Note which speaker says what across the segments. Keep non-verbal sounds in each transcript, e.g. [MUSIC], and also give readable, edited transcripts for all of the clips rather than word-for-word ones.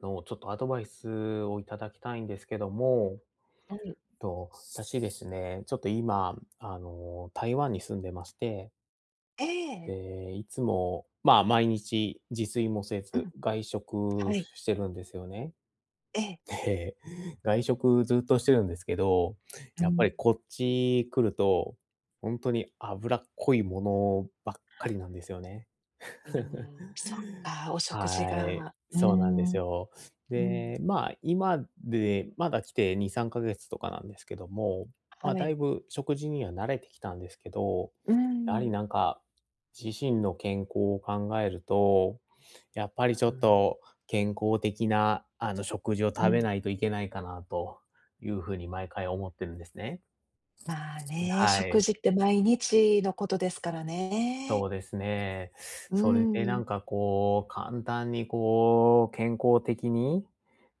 Speaker 1: の、ちょっとアドバイスをいただきたいんですけども、
Speaker 2: はい。
Speaker 1: と、私ですね、ちょっと今、台湾に住んでまして、
Speaker 2: ええ。
Speaker 1: で、いつも、まあ、毎日自炊もせ
Speaker 2: う
Speaker 1: ず、
Speaker 2: ん、
Speaker 1: 外食
Speaker 2: はい。
Speaker 1: してるんですよね。
Speaker 2: ええ。
Speaker 1: [LAUGHS] で、外食ずっとしてるんですけど、
Speaker 2: う
Speaker 1: やっぱ
Speaker 2: ん。
Speaker 1: りこっち来ると、ほんとに脂っこいものばっかりなんですよね。
Speaker 2: うー
Speaker 1: [LAUGHS]
Speaker 2: ん、そっか、お食事
Speaker 1: はい、
Speaker 2: が、うー
Speaker 1: そうなんです
Speaker 2: ん、
Speaker 1: よ。
Speaker 2: うん、
Speaker 1: で、まあ、今でまだ来て2、3ヶ月とかなんですけども、まあ、
Speaker 2: は
Speaker 1: だい
Speaker 2: い。
Speaker 1: ぶ食事には慣れてきたんですけど、
Speaker 2: うー
Speaker 1: やはり
Speaker 2: ん。
Speaker 1: なんか、自身の健康を考えると、やっぱりちょ
Speaker 2: う
Speaker 1: っ
Speaker 2: ん。
Speaker 1: と健康的な、食事を
Speaker 2: う
Speaker 1: 食べ
Speaker 2: ん。
Speaker 1: ないといけないかなというふうに毎回思ってるんですね。
Speaker 2: まあね、
Speaker 1: は
Speaker 2: 食
Speaker 1: い。
Speaker 2: 事って毎日のことですからね。
Speaker 1: そうですね。
Speaker 2: うー
Speaker 1: それでな
Speaker 2: ん、
Speaker 1: んかこう、簡単にこう、健康的に、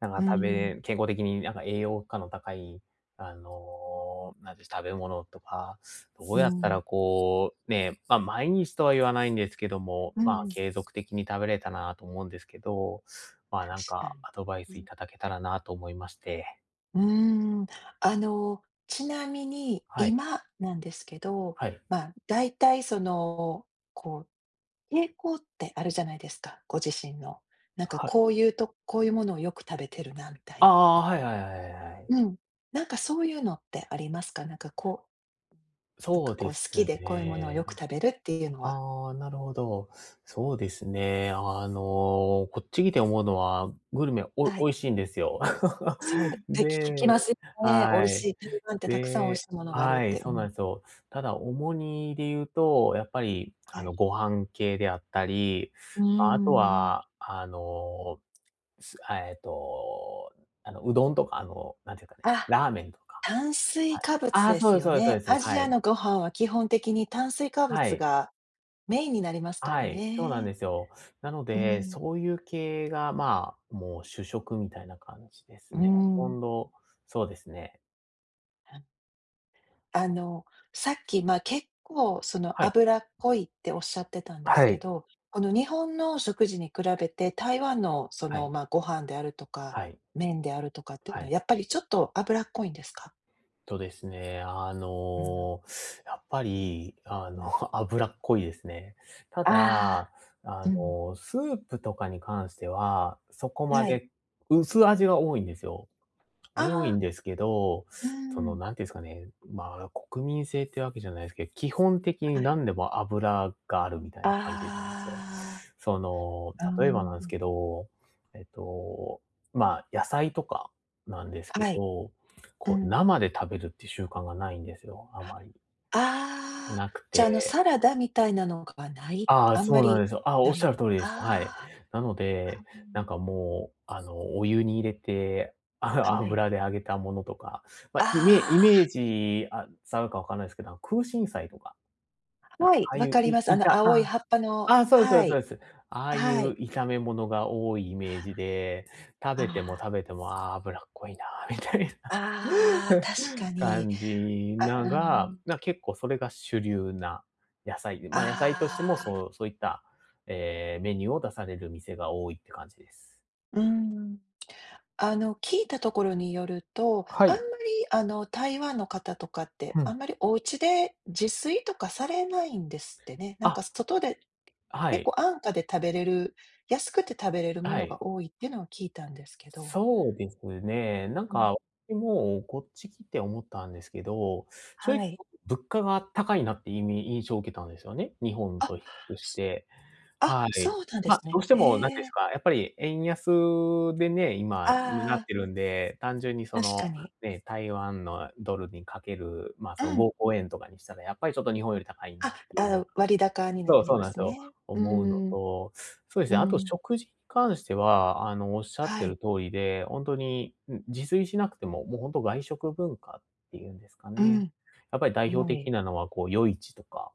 Speaker 1: なんか
Speaker 2: うん、
Speaker 1: 健康的になんか栄養価の高い、なんて食べ物とか、ど
Speaker 2: う
Speaker 1: うやった
Speaker 2: ん、
Speaker 1: らこう、ね、ま、毎日とは言わないんですけども、
Speaker 2: う
Speaker 1: まあ、
Speaker 2: ん、
Speaker 1: 継続的に食べれたなと思うんですけど、まあ、なん
Speaker 2: 確か
Speaker 1: かアドバイスい
Speaker 2: に。
Speaker 1: ただけたらなと思いまして。
Speaker 2: うん、うーん、あの、ちなみに
Speaker 1: はい、
Speaker 2: 今なんですけど、
Speaker 1: はい、
Speaker 2: まあ、だいたいその、こう傾向ってあるじゃないですか、ご自身の。なんか
Speaker 1: はい。
Speaker 2: こういうとこういうものをよく食べてるなみたい
Speaker 1: あ
Speaker 2: な。
Speaker 1: あ、はいはいはいはいはい。
Speaker 2: うん。なんかそういうのってありますか？なんかこう、なん
Speaker 1: そ
Speaker 2: か
Speaker 1: う
Speaker 2: こう
Speaker 1: で
Speaker 2: 好
Speaker 1: す
Speaker 2: きでこういうものをよく
Speaker 1: ね。
Speaker 2: 食べるっていうのは
Speaker 1: ああ、なるほど。そうですね。こっち来て思うのは、グルメお
Speaker 2: はい、
Speaker 1: 美味しいんですよ。
Speaker 2: そうだ
Speaker 1: [LAUGHS]
Speaker 2: で聞き
Speaker 1: で
Speaker 2: ますよね。美味
Speaker 1: はい。
Speaker 2: しい、台湾ってたくさん美味し
Speaker 1: で
Speaker 2: いものがある
Speaker 1: は
Speaker 2: っ
Speaker 1: い、
Speaker 2: て。う
Speaker 1: そう
Speaker 2: ん、
Speaker 1: なんですよ。ただ重荷で言うと、やっぱり、
Speaker 2: はい。
Speaker 1: ご飯系であったり、
Speaker 2: うー
Speaker 1: ま、ああと
Speaker 2: ん。
Speaker 1: は、あの、すえっと、あの、うどんとか、なんていうかね、
Speaker 2: あ、
Speaker 1: ラーメンとか、
Speaker 2: 炭水
Speaker 1: はい。
Speaker 2: 化物
Speaker 1: ああ、
Speaker 2: で
Speaker 1: そう
Speaker 2: す
Speaker 1: です
Speaker 2: よ
Speaker 1: そうですそうで
Speaker 2: ね。
Speaker 1: す。
Speaker 2: アジ
Speaker 1: は
Speaker 2: ア
Speaker 1: い。
Speaker 2: のご飯は基本的に炭水化
Speaker 1: は
Speaker 2: 物
Speaker 1: い。
Speaker 2: がメインになりますから
Speaker 1: はい、そうなん
Speaker 2: ね。
Speaker 1: ですよ。なの
Speaker 2: う
Speaker 1: で、
Speaker 2: ん。
Speaker 1: そういう系が、まあ、もう主食みたいな感じで
Speaker 2: う
Speaker 1: す
Speaker 2: ー
Speaker 1: ね。ほと
Speaker 2: ん。
Speaker 1: んど、そうですね。
Speaker 2: あの、さっき、まあ、結構その
Speaker 1: はい。
Speaker 2: 脂っこいっておっしゃってたんです
Speaker 1: は
Speaker 2: け
Speaker 1: い。
Speaker 2: ど、この日本の食事に比べて台湾のそ
Speaker 1: は
Speaker 2: の、
Speaker 1: い。
Speaker 2: まあ、ご飯であるとか、
Speaker 1: はい。
Speaker 2: 麺であるとかっていう
Speaker 1: は
Speaker 2: のは
Speaker 1: い。
Speaker 2: やっぱりちょっと脂っこいんですか？
Speaker 1: とですね、あ
Speaker 2: うん。
Speaker 1: の、やっぱり、あの、[LAUGHS] 脂っこいですね。た
Speaker 2: あ
Speaker 1: だ、
Speaker 2: あ、うん、
Speaker 1: スープとかに関しては、そこま
Speaker 2: はい。
Speaker 1: で薄味が多いんですよ。多い
Speaker 2: あ
Speaker 1: ん
Speaker 2: あ、
Speaker 1: ですけど、
Speaker 2: うー
Speaker 1: その、
Speaker 2: ん、
Speaker 1: なんていうんですかね、まあ、国民性ってわけじゃないですけど、基本的に
Speaker 2: はい。
Speaker 1: 何でも油があるみたいな感じなんですよ。
Speaker 2: あ
Speaker 1: その、
Speaker 2: あ、あ、うー
Speaker 1: 例えばなんです
Speaker 2: ん、
Speaker 1: けど、えっと、まあ、野菜とかなんですけ
Speaker 2: はい、
Speaker 1: ど、
Speaker 2: う
Speaker 1: こう、
Speaker 2: ん。
Speaker 1: 生で食べるっていう習慣がないんですよ、あまり。
Speaker 2: ああ、
Speaker 1: なく
Speaker 2: じゃあ、
Speaker 1: て
Speaker 2: サラダみたいなのがない
Speaker 1: ああ、
Speaker 2: あんま
Speaker 1: そうなん
Speaker 2: り
Speaker 1: ですよ。あ、お
Speaker 2: な
Speaker 1: っし
Speaker 2: い。
Speaker 1: ゃる通りです。は
Speaker 2: あ
Speaker 1: い。なので、
Speaker 2: あ、
Speaker 1: なんかもう、お湯に入れて、[LAUGHS]
Speaker 2: うん、はい。
Speaker 1: 油で揚げたものとか、ま、
Speaker 2: あ
Speaker 1: イメ
Speaker 2: あ。
Speaker 1: ージ、あ、伝わるかわかんないですけど、空心菜とか、あ
Speaker 2: はい、
Speaker 1: あ
Speaker 2: わ
Speaker 1: い
Speaker 2: か
Speaker 1: う、
Speaker 2: り
Speaker 1: い
Speaker 2: ます。
Speaker 1: いた
Speaker 2: 青い
Speaker 1: あ、
Speaker 2: 葉っぱの
Speaker 1: ああ、そうですそう
Speaker 2: は
Speaker 1: ですそ
Speaker 2: い、
Speaker 1: うです。ああい
Speaker 2: は
Speaker 1: う
Speaker 2: い。
Speaker 1: 炒め物が多いイメージで、食べても
Speaker 2: あ
Speaker 1: 食べても、ああ、脂っこいなみたいな。
Speaker 2: あ、ああ、確か
Speaker 1: [LAUGHS]
Speaker 2: に。
Speaker 1: 感じ
Speaker 2: あ、
Speaker 1: な
Speaker 2: う
Speaker 1: が、
Speaker 2: ん。
Speaker 1: な、結構それが主流な野菜で、ま、野菜としても
Speaker 2: ああ、
Speaker 1: そうそういった、メニューを出される店が多いって感じです。
Speaker 2: うん。聞いたところによると、
Speaker 1: は
Speaker 2: あんま
Speaker 1: い、
Speaker 2: り、台湾の方とかって、
Speaker 1: う
Speaker 2: あ
Speaker 1: ん。
Speaker 2: んまりお家で自炊とかされないんですってね。なん
Speaker 1: あ、
Speaker 2: か外で、
Speaker 1: は
Speaker 2: 結構
Speaker 1: い、
Speaker 2: 安価で食べれる、安くて食べれるも
Speaker 1: は
Speaker 2: の
Speaker 1: い。
Speaker 2: が多いっていうのは聞いたんですけど。
Speaker 1: そうですね。なん
Speaker 2: うん、
Speaker 1: か、私もうこっち来て思ったんですけど、
Speaker 2: は
Speaker 1: 正直ち
Speaker 2: い。
Speaker 1: ょ物価が高いなって印象を受けたんですよね、日本
Speaker 2: あ、
Speaker 1: と比較し
Speaker 2: す
Speaker 1: て。は
Speaker 2: あ、そ
Speaker 1: い。
Speaker 2: うなんです
Speaker 1: ま、ど
Speaker 2: ね。
Speaker 1: うしても何ていうん
Speaker 2: へ
Speaker 1: です
Speaker 2: え。
Speaker 1: か、やっぱり円安でね、今ね
Speaker 2: あ
Speaker 1: なっ
Speaker 2: あ。
Speaker 1: てるんで、単純にそ
Speaker 2: 確
Speaker 1: の、
Speaker 2: かに。
Speaker 1: ね、台湾のドルにかける、まあ、
Speaker 2: う
Speaker 1: その
Speaker 2: ん。
Speaker 1: 5、5円とかにしたら、やっぱりちょっと日本より高いな
Speaker 2: あ、
Speaker 1: っていうの
Speaker 2: あ、割高になり
Speaker 1: そう
Speaker 2: ま
Speaker 1: なんで
Speaker 2: す
Speaker 1: すよ。
Speaker 2: ね。う
Speaker 1: 思うの
Speaker 2: ん、
Speaker 1: と、そうです
Speaker 2: う
Speaker 1: ね、あと
Speaker 2: ん。
Speaker 1: 食事に関しては、おっしゃって
Speaker 2: は
Speaker 1: る
Speaker 2: い。
Speaker 1: 通りで、ほんとに、うん、自炊しなくても、もうほんと外食文化っていうんですか
Speaker 2: う
Speaker 1: ね。
Speaker 2: ん。
Speaker 1: やっぱり代表
Speaker 2: 重
Speaker 1: 的
Speaker 2: い。
Speaker 1: なのはこう夜市とか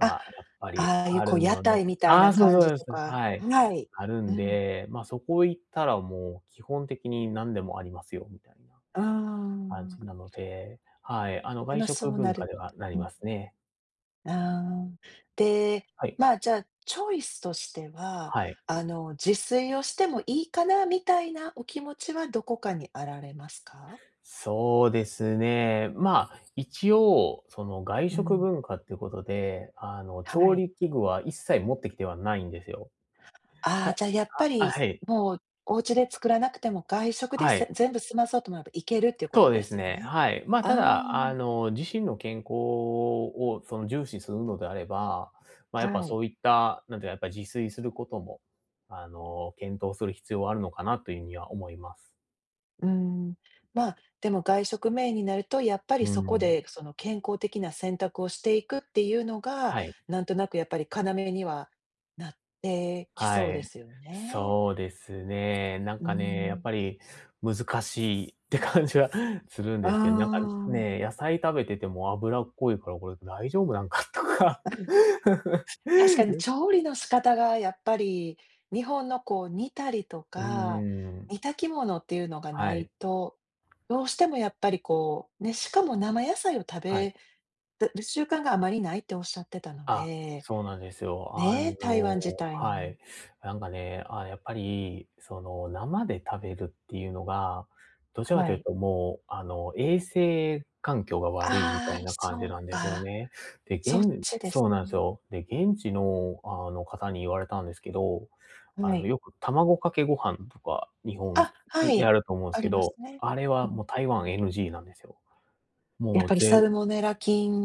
Speaker 2: あ、
Speaker 1: やっぱり
Speaker 2: ああいう
Speaker 1: あ
Speaker 2: こ
Speaker 1: る
Speaker 2: う屋
Speaker 1: ので
Speaker 2: 台みたい
Speaker 1: あ
Speaker 2: な
Speaker 1: あ、そう
Speaker 2: 感
Speaker 1: そう
Speaker 2: じ
Speaker 1: で
Speaker 2: と
Speaker 1: す。
Speaker 2: か
Speaker 1: はい。
Speaker 2: はい。
Speaker 1: ある
Speaker 2: う
Speaker 1: ん
Speaker 2: ん。
Speaker 1: で、ま、そこ行ったらもう基本的に何でもありますよみたいな
Speaker 2: うー
Speaker 1: 感
Speaker 2: ん。
Speaker 1: じなので、はい、
Speaker 2: で、
Speaker 1: 外
Speaker 2: ま、そ
Speaker 1: 食
Speaker 2: うな
Speaker 1: 文化
Speaker 2: る
Speaker 1: ではなり
Speaker 2: うん。
Speaker 1: ますね。
Speaker 2: ああ。で、
Speaker 1: はい。
Speaker 2: まあ、じゃあ、チョイスとしては、
Speaker 1: はい。
Speaker 2: 自炊をしてもいいかなみたいなお気持ちはどこかにあられますか？
Speaker 1: そうですね。まあ、一応、その、外
Speaker 2: う
Speaker 1: 食
Speaker 2: ん、
Speaker 1: 文化っていうことで、
Speaker 2: は
Speaker 1: 調
Speaker 2: い。
Speaker 1: 理器具は一切持ってきてはないんですよ。
Speaker 2: あ
Speaker 1: た
Speaker 2: あ、じゃあやっぱ
Speaker 1: あ、
Speaker 2: り、
Speaker 1: はい。
Speaker 2: もうお家で作らなくても外食で
Speaker 1: はい。
Speaker 2: 全部済まそうと思えばいけるっていうこ
Speaker 1: そ
Speaker 2: と
Speaker 1: うで
Speaker 2: で
Speaker 1: す
Speaker 2: すよ
Speaker 1: ね、
Speaker 2: ね。
Speaker 1: はい。まあ、
Speaker 2: あ
Speaker 1: ただ、
Speaker 2: あ、
Speaker 1: 自身の健康をその重視するのであれば、まあ、やっぱ
Speaker 2: はい。
Speaker 1: そういった、なんていうか、やっぱ自炊することも、
Speaker 2: うん
Speaker 1: 検討する必要はあるのかなというには思います。
Speaker 2: うーん。まあ、でも外食メインになると、やっぱり
Speaker 1: う
Speaker 2: そこ
Speaker 1: ん。
Speaker 2: でその健康的な選択をしていくっていうのが、
Speaker 1: はい。
Speaker 2: なんとなくやっぱり要にはなってき
Speaker 1: は
Speaker 2: そうで
Speaker 1: い。
Speaker 2: すよね。
Speaker 1: そうですね。なん
Speaker 2: うー
Speaker 1: かね、やっ
Speaker 2: ん。
Speaker 1: ぱり難しいって感じは [LAUGHS] するん
Speaker 2: あ
Speaker 1: ですけど、なんか
Speaker 2: あ。
Speaker 1: ね、野菜食べてても脂っこいからこれ大丈夫なんかとか [LAUGHS]。
Speaker 2: 確かに調理の仕方がやっぱり、日本のこう煮たりと
Speaker 1: うー
Speaker 2: か、
Speaker 1: ん、
Speaker 2: 煮炊き物っていうのがな
Speaker 1: は
Speaker 2: い
Speaker 1: い。
Speaker 2: と、どうしてもやっぱりこう、ね、しかも生野菜を食
Speaker 1: はい。
Speaker 2: べる習慣があまりないっておっしゃってたの
Speaker 1: あ、
Speaker 2: で、
Speaker 1: そうなんですよ。
Speaker 2: ね、台湾自体
Speaker 1: は
Speaker 2: に
Speaker 1: い。なんかね、あ、やっぱり、その、生で食べるっていうのが、どちらか
Speaker 2: は
Speaker 1: という
Speaker 2: い。
Speaker 1: ともう、衛生環境が悪いみ
Speaker 2: あ
Speaker 1: たい
Speaker 2: あ、
Speaker 1: な感
Speaker 2: そ
Speaker 1: じ
Speaker 2: う
Speaker 1: なんですよ
Speaker 2: か、
Speaker 1: ね。で、
Speaker 2: そっちです
Speaker 1: そうなんです
Speaker 2: ね。
Speaker 1: よ。で、現地の、方に言われたんですけど、
Speaker 2: はい。
Speaker 1: よく卵かけご飯とか、日本、
Speaker 2: あ、は
Speaker 1: や
Speaker 2: い、
Speaker 1: ると思うんです
Speaker 2: あ
Speaker 1: け
Speaker 2: ります
Speaker 1: ど、
Speaker 2: ね。
Speaker 1: あれ
Speaker 2: う
Speaker 1: は
Speaker 2: ん。
Speaker 1: もう台湾 NG なんですよ。
Speaker 2: や
Speaker 1: も
Speaker 2: っ
Speaker 1: う
Speaker 2: ぱりサ
Speaker 1: ぜ
Speaker 2: ルモネラ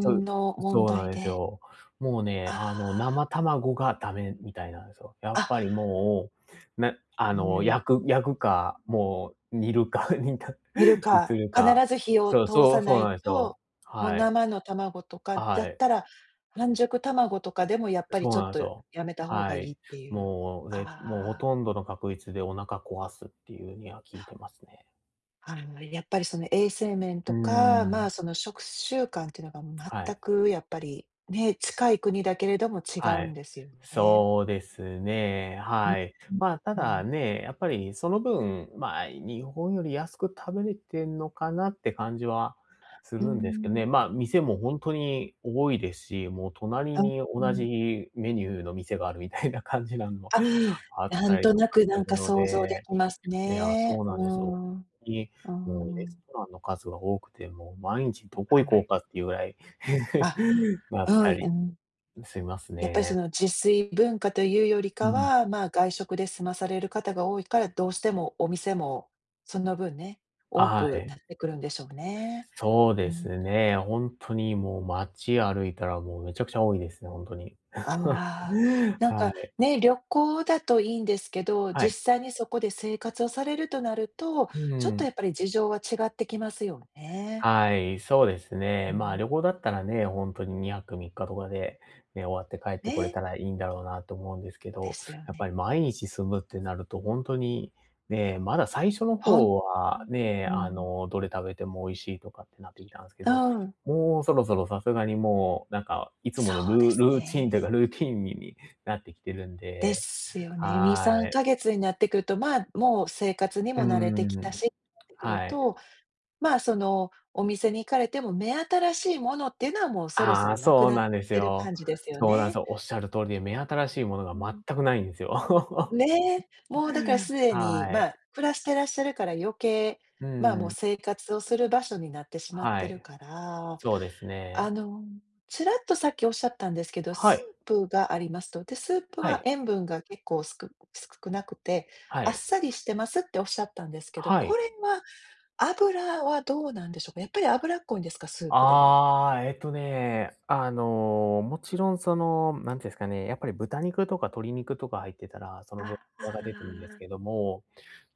Speaker 1: そう、
Speaker 2: の問
Speaker 1: そうな
Speaker 2: 題
Speaker 1: んです
Speaker 2: で、
Speaker 1: よ。もうね、
Speaker 2: あ
Speaker 1: 生卵がダメみたいなんですよ。や
Speaker 2: あ、
Speaker 1: っ
Speaker 2: あ、
Speaker 1: ぱりもう、なあ
Speaker 2: は
Speaker 1: の、
Speaker 2: い。
Speaker 1: 焼くか、もう煮るか、[LAUGHS]
Speaker 2: 煮る
Speaker 1: にす
Speaker 2: か、
Speaker 1: る
Speaker 2: 必
Speaker 1: か。
Speaker 2: ず火を
Speaker 1: そう
Speaker 2: 通
Speaker 1: そ
Speaker 2: さ
Speaker 1: う、そ
Speaker 2: な
Speaker 1: うなん
Speaker 2: い
Speaker 1: ですよ。
Speaker 2: と、もう
Speaker 1: はい。
Speaker 2: 生の卵とかだ
Speaker 1: は
Speaker 2: っ
Speaker 1: い。
Speaker 2: たら、半熟卵とかでもやっぱり
Speaker 1: そ
Speaker 2: ち
Speaker 1: う
Speaker 2: ょっ
Speaker 1: なんです
Speaker 2: と
Speaker 1: よ。
Speaker 2: やめた方が
Speaker 1: は
Speaker 2: いいっ
Speaker 1: い。
Speaker 2: ていう。
Speaker 1: もう、ほ
Speaker 2: あ
Speaker 1: とんどの確率でお腹壊すっていうには聞いてますね。
Speaker 2: あ、やっぱりその衛生面
Speaker 1: う
Speaker 2: と
Speaker 1: ー
Speaker 2: か、ま
Speaker 1: ん、
Speaker 2: あ、その食習慣っていうのが
Speaker 1: は
Speaker 2: 全
Speaker 1: い。
Speaker 2: くやっぱり、ね、近い国だけれども違
Speaker 1: は
Speaker 2: うん
Speaker 1: い。
Speaker 2: ですよね。
Speaker 1: そうですね、
Speaker 2: うん、
Speaker 1: はい。
Speaker 2: う
Speaker 1: まあ、た
Speaker 2: ん、うん。
Speaker 1: だね、やっぱりその分、まあ、日本より安く食べれてんのかなって感じはす
Speaker 2: ー
Speaker 1: るんですけど
Speaker 2: ん。
Speaker 1: ね。まあ、店も本当に多いですし、もう隣
Speaker 2: あ、
Speaker 1: に
Speaker 2: う
Speaker 1: 同
Speaker 2: ん。
Speaker 1: じメニューの店があるみたいな感じなのも [LAUGHS] あっ
Speaker 2: なん
Speaker 1: たり
Speaker 2: と
Speaker 1: と
Speaker 2: な
Speaker 1: か
Speaker 2: く
Speaker 1: す
Speaker 2: なん
Speaker 1: る
Speaker 2: か
Speaker 1: の
Speaker 2: 想像で
Speaker 1: で、
Speaker 2: きます
Speaker 1: いや、
Speaker 2: ね。
Speaker 1: そう
Speaker 2: う
Speaker 1: なん
Speaker 2: ー
Speaker 1: ですよ。本
Speaker 2: ん、う
Speaker 1: 当に、
Speaker 2: ー
Speaker 1: もうレス
Speaker 2: ん。
Speaker 1: トランの数が多くて、もう毎日どこ
Speaker 2: は
Speaker 1: 行こう
Speaker 2: い。
Speaker 1: かっていうぐらい [LAUGHS]
Speaker 2: あ
Speaker 1: なっ
Speaker 2: は
Speaker 1: た
Speaker 2: い、う
Speaker 1: り
Speaker 2: ん。
Speaker 1: します
Speaker 2: やっぱりそ
Speaker 1: ね。
Speaker 2: の自炊文化というより
Speaker 1: う
Speaker 2: か
Speaker 1: ん。
Speaker 2: は、まあ、外食で済まされる方が多いから、どうしてもお店もその分ね、多
Speaker 1: は
Speaker 2: く
Speaker 1: い。
Speaker 2: なってくるんでしょうね。
Speaker 1: そう
Speaker 2: う
Speaker 1: で
Speaker 2: ん。
Speaker 1: すね。本当にもう街歩いたらもうめちゃくちゃ多いですね、本当に。
Speaker 2: あ
Speaker 1: [LAUGHS]
Speaker 2: ら、なん
Speaker 1: は
Speaker 2: か
Speaker 1: い。
Speaker 2: ね、旅行だといいんですけど、
Speaker 1: はい。
Speaker 2: 実際にそこで生活をされるとなると、
Speaker 1: う
Speaker 2: ちょっとや
Speaker 1: ん。
Speaker 2: っぱり事情は違ってきますよね。
Speaker 1: はい、そうです
Speaker 2: う
Speaker 1: ね。まあ、
Speaker 2: ん。
Speaker 1: 旅行だったらね、本当に2泊3日とかで、ね、終わって帰ってこれ
Speaker 2: ね、
Speaker 1: たらいいんだろうなと思うんですけ
Speaker 2: で
Speaker 1: ど、
Speaker 2: すよ
Speaker 1: やっぱ
Speaker 2: ね。
Speaker 1: り毎日住むってなると本当に、ね、まだ最初の
Speaker 2: ほんと、
Speaker 1: 方はね、
Speaker 2: うん。
Speaker 1: どれ食べても美味しいとかってなってきたんですけ
Speaker 2: う
Speaker 1: ど、
Speaker 2: ん、
Speaker 1: もうそろそろさすがにもう、なんか、いつ
Speaker 2: そ
Speaker 1: もの
Speaker 2: うです
Speaker 1: ルーチンというか、
Speaker 2: ね。
Speaker 1: ルーティンになってきてるん
Speaker 2: で
Speaker 1: で、
Speaker 2: すよね。2、
Speaker 1: は
Speaker 2: 3
Speaker 1: い。
Speaker 2: ヶ月になってくると、まあ、もう生活に
Speaker 1: うー
Speaker 2: も慣れてきた
Speaker 1: ん。
Speaker 2: し、なってくる
Speaker 1: はい。
Speaker 2: と、まあ、その、お店に行かれても目新しいものっていうのはもうそろそ
Speaker 1: ああ、
Speaker 2: ろなく
Speaker 1: そう
Speaker 2: なっ
Speaker 1: なん
Speaker 2: て
Speaker 1: で
Speaker 2: き
Speaker 1: す
Speaker 2: てる
Speaker 1: よ。
Speaker 2: 感じですよ
Speaker 1: そうなんです
Speaker 2: ね。
Speaker 1: よ。おっしゃる通りで、目新しいもの
Speaker 2: うん。
Speaker 1: が全くないんですよ。
Speaker 2: ね、もうだから
Speaker 1: [LAUGHS]
Speaker 2: すでに、
Speaker 1: は
Speaker 2: まあ、
Speaker 1: い。
Speaker 2: 暮らしてらっしゃるから余計、
Speaker 1: う
Speaker 2: まあ、もう
Speaker 1: ん。
Speaker 2: 生活をする場所になってしまっ
Speaker 1: は
Speaker 2: てる
Speaker 1: い。
Speaker 2: から
Speaker 1: そうですね。
Speaker 2: あの、ちらっとさっきおっしゃったんですけど、
Speaker 1: は
Speaker 2: ス
Speaker 1: い。
Speaker 2: ープがありますと。で、スープ
Speaker 1: は
Speaker 2: は
Speaker 1: い。
Speaker 2: 塩分が結構少なくて、
Speaker 1: は
Speaker 2: あっ
Speaker 1: い。
Speaker 2: さりしてますっておっしゃったんですけど、
Speaker 1: は
Speaker 2: こ
Speaker 1: い。
Speaker 2: れは油はどうなんでしょうか？やっぱり脂っこいんですか？スープでも。
Speaker 1: ああ、もちろんその、なんていうんですかね、やっぱり豚肉とか鶏肉とか入ってたら、その分
Speaker 2: あ
Speaker 1: が出てるんです
Speaker 2: あ、
Speaker 1: けども、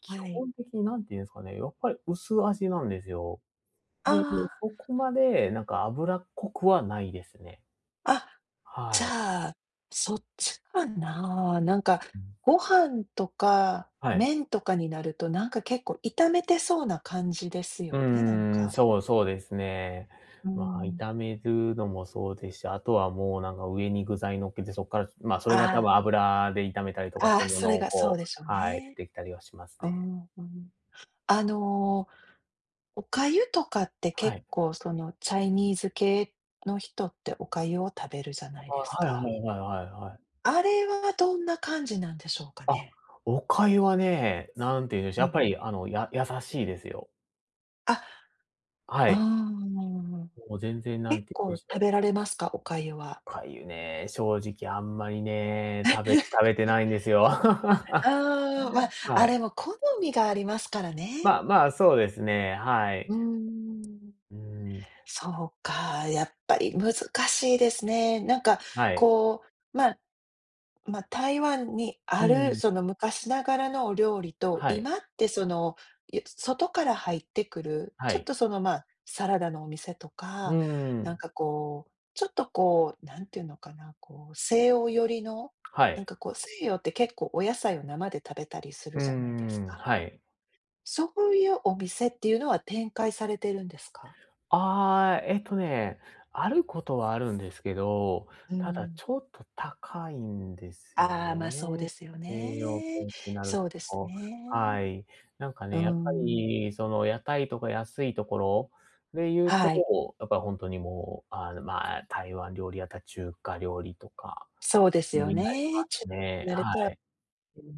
Speaker 1: 基
Speaker 2: はい。
Speaker 1: 本的になんていうんですかね、やっぱり薄味なんですよ。で、
Speaker 2: あ
Speaker 1: そこまでなんか脂っこくはないですね。
Speaker 2: あ、あ、じ
Speaker 1: はい。
Speaker 2: ゃあ、そっちかな。なんか、
Speaker 1: う
Speaker 2: ご飯とか
Speaker 1: はい。
Speaker 2: 麺とかになると、なんか結構炒めてそうな感じです
Speaker 1: う
Speaker 2: よね、なん
Speaker 1: ーん、
Speaker 2: か。
Speaker 1: そうですね。
Speaker 2: う
Speaker 1: まあ、
Speaker 2: ん。
Speaker 1: 炒めるのもそうですし、あとはもうなんか上に具材乗っけて、そっから、まあ、そ
Speaker 2: あ
Speaker 1: れが多分
Speaker 2: あ。
Speaker 1: 油で炒めたりとかし
Speaker 2: あ
Speaker 1: て
Speaker 2: あ、
Speaker 1: るも
Speaker 2: そ
Speaker 1: の
Speaker 2: れ
Speaker 1: を
Speaker 2: がそう
Speaker 1: こ
Speaker 2: で
Speaker 1: う
Speaker 2: しょう
Speaker 1: はい、出
Speaker 2: ね。
Speaker 1: てきたりはします
Speaker 2: う
Speaker 1: ね。
Speaker 2: ん、うん。あの、お粥とかって
Speaker 1: は
Speaker 2: 結
Speaker 1: い。
Speaker 2: 構そのチャイニーズ系の人ってお粥を食べるじゃない
Speaker 1: あ
Speaker 2: です
Speaker 1: はいは
Speaker 2: か。
Speaker 1: いはいはいはい。
Speaker 2: あれはどんな感じなんでしょうか
Speaker 1: あ、
Speaker 2: ね？
Speaker 1: お粥はね、なんて言うんでし
Speaker 2: う
Speaker 1: ょう、やっ
Speaker 2: ん。
Speaker 1: ぱり優しいですよ。
Speaker 2: あ、
Speaker 1: は
Speaker 2: う
Speaker 1: い。
Speaker 2: ーん。
Speaker 1: もう全然な
Speaker 2: 結
Speaker 1: んて言
Speaker 2: 構
Speaker 1: うんでし
Speaker 2: 食
Speaker 1: ょ
Speaker 2: べ
Speaker 1: う、
Speaker 2: られますか？お粥は。
Speaker 1: お粥ね、正直あんまりね、食
Speaker 2: [LAUGHS]
Speaker 1: べてないんですよ。[LAUGHS] は
Speaker 2: ああ、ま、あ、れ
Speaker 1: い。
Speaker 2: も好みがありますからね。
Speaker 1: まあまあ、そうですね、はい。
Speaker 2: うーん。
Speaker 1: うん、
Speaker 2: そうか、やっぱり難しいですね。なんか
Speaker 1: はい。
Speaker 2: こう、まあ、まあ、台湾に
Speaker 1: う
Speaker 2: ある
Speaker 1: ん、
Speaker 2: その昔ながらのお料理と、
Speaker 1: はい、
Speaker 2: 今ってその、外から入ってくる、
Speaker 1: は
Speaker 2: ちょっ
Speaker 1: い。
Speaker 2: とその、まあ、サラダのお店と
Speaker 1: う
Speaker 2: か、なん
Speaker 1: ん、
Speaker 2: かこう、ちょっとこう、なんていうのかな、こう、西洋寄りの、
Speaker 1: は
Speaker 2: なん
Speaker 1: い。
Speaker 2: かこう、西洋って結構お野菜を生で食べたりする
Speaker 1: う
Speaker 2: じゃないです
Speaker 1: ん、
Speaker 2: か。
Speaker 1: はい。
Speaker 2: そういうお店っていうのは展開されてるんですか？
Speaker 1: ああ、あることはあるんですけど、
Speaker 2: う
Speaker 1: ただ
Speaker 2: ん。
Speaker 1: ちょっと高いんですよ
Speaker 2: ああ、ま、あそうで
Speaker 1: ね。
Speaker 2: すよ
Speaker 1: 栄養
Speaker 2: ね。
Speaker 1: 系ってなる
Speaker 2: そうです
Speaker 1: と、
Speaker 2: ね。
Speaker 1: はい。なんか
Speaker 2: うー
Speaker 1: ね、やっぱ
Speaker 2: ん、
Speaker 1: りその屋台とか安いところで言うと、
Speaker 2: はい。
Speaker 1: やっぱり本当にもう、まあ、台湾料理やったら中華料理とか
Speaker 2: そうですよ
Speaker 1: になり
Speaker 2: ね。
Speaker 1: ま
Speaker 2: 慣
Speaker 1: す
Speaker 2: に
Speaker 1: ね。
Speaker 2: なる
Speaker 1: は
Speaker 2: と、よ
Speaker 1: い。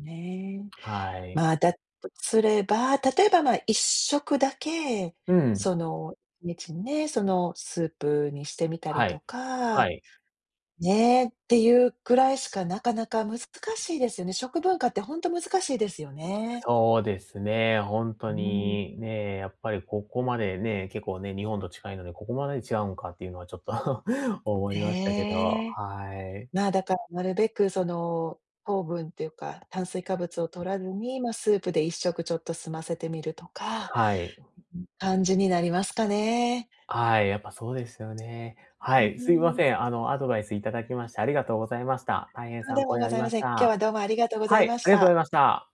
Speaker 2: ね。
Speaker 1: はい。
Speaker 2: まあ、だとすれば、例えば、まあ、一食だけ、
Speaker 1: うん。
Speaker 2: その、1日にちにね、その、スープにしてみたり
Speaker 1: は
Speaker 2: と
Speaker 1: い。
Speaker 2: か、
Speaker 1: はい。
Speaker 2: ね、っていうくらいしかなかなか難しいですよね。食文化ってほんと難しいですよね。
Speaker 1: そうですね、ほん
Speaker 2: う
Speaker 1: と
Speaker 2: ーん。
Speaker 1: にね、やっぱりここまでね、結構ね、日本と近いのに、ここまで違うんかっていうのはちょっと [LAUGHS] 思いましたけど、
Speaker 2: ええ。
Speaker 1: はい。
Speaker 2: まあ、だからなるべくその、糖分っていうか、炭水化物を摂らずに、ま、スープで一食ちょっと済ませてみるとか、
Speaker 1: はい。
Speaker 2: 感じになりますかね。
Speaker 1: はい、やっぱそうですよね。
Speaker 2: う
Speaker 1: は
Speaker 2: ー
Speaker 1: い、すいま
Speaker 2: ん。
Speaker 1: せん。アドバイスいただきましてありがとうございました。大変
Speaker 2: とんで
Speaker 1: 参考
Speaker 2: も
Speaker 1: に
Speaker 2: ご
Speaker 1: なり
Speaker 2: ざいま
Speaker 1: まし
Speaker 2: せん。今日は
Speaker 1: た。
Speaker 2: どうもありがとうござ
Speaker 1: は
Speaker 2: い
Speaker 1: い、
Speaker 2: ま
Speaker 1: あ
Speaker 2: し
Speaker 1: りがとうござい
Speaker 2: た。
Speaker 1: ました。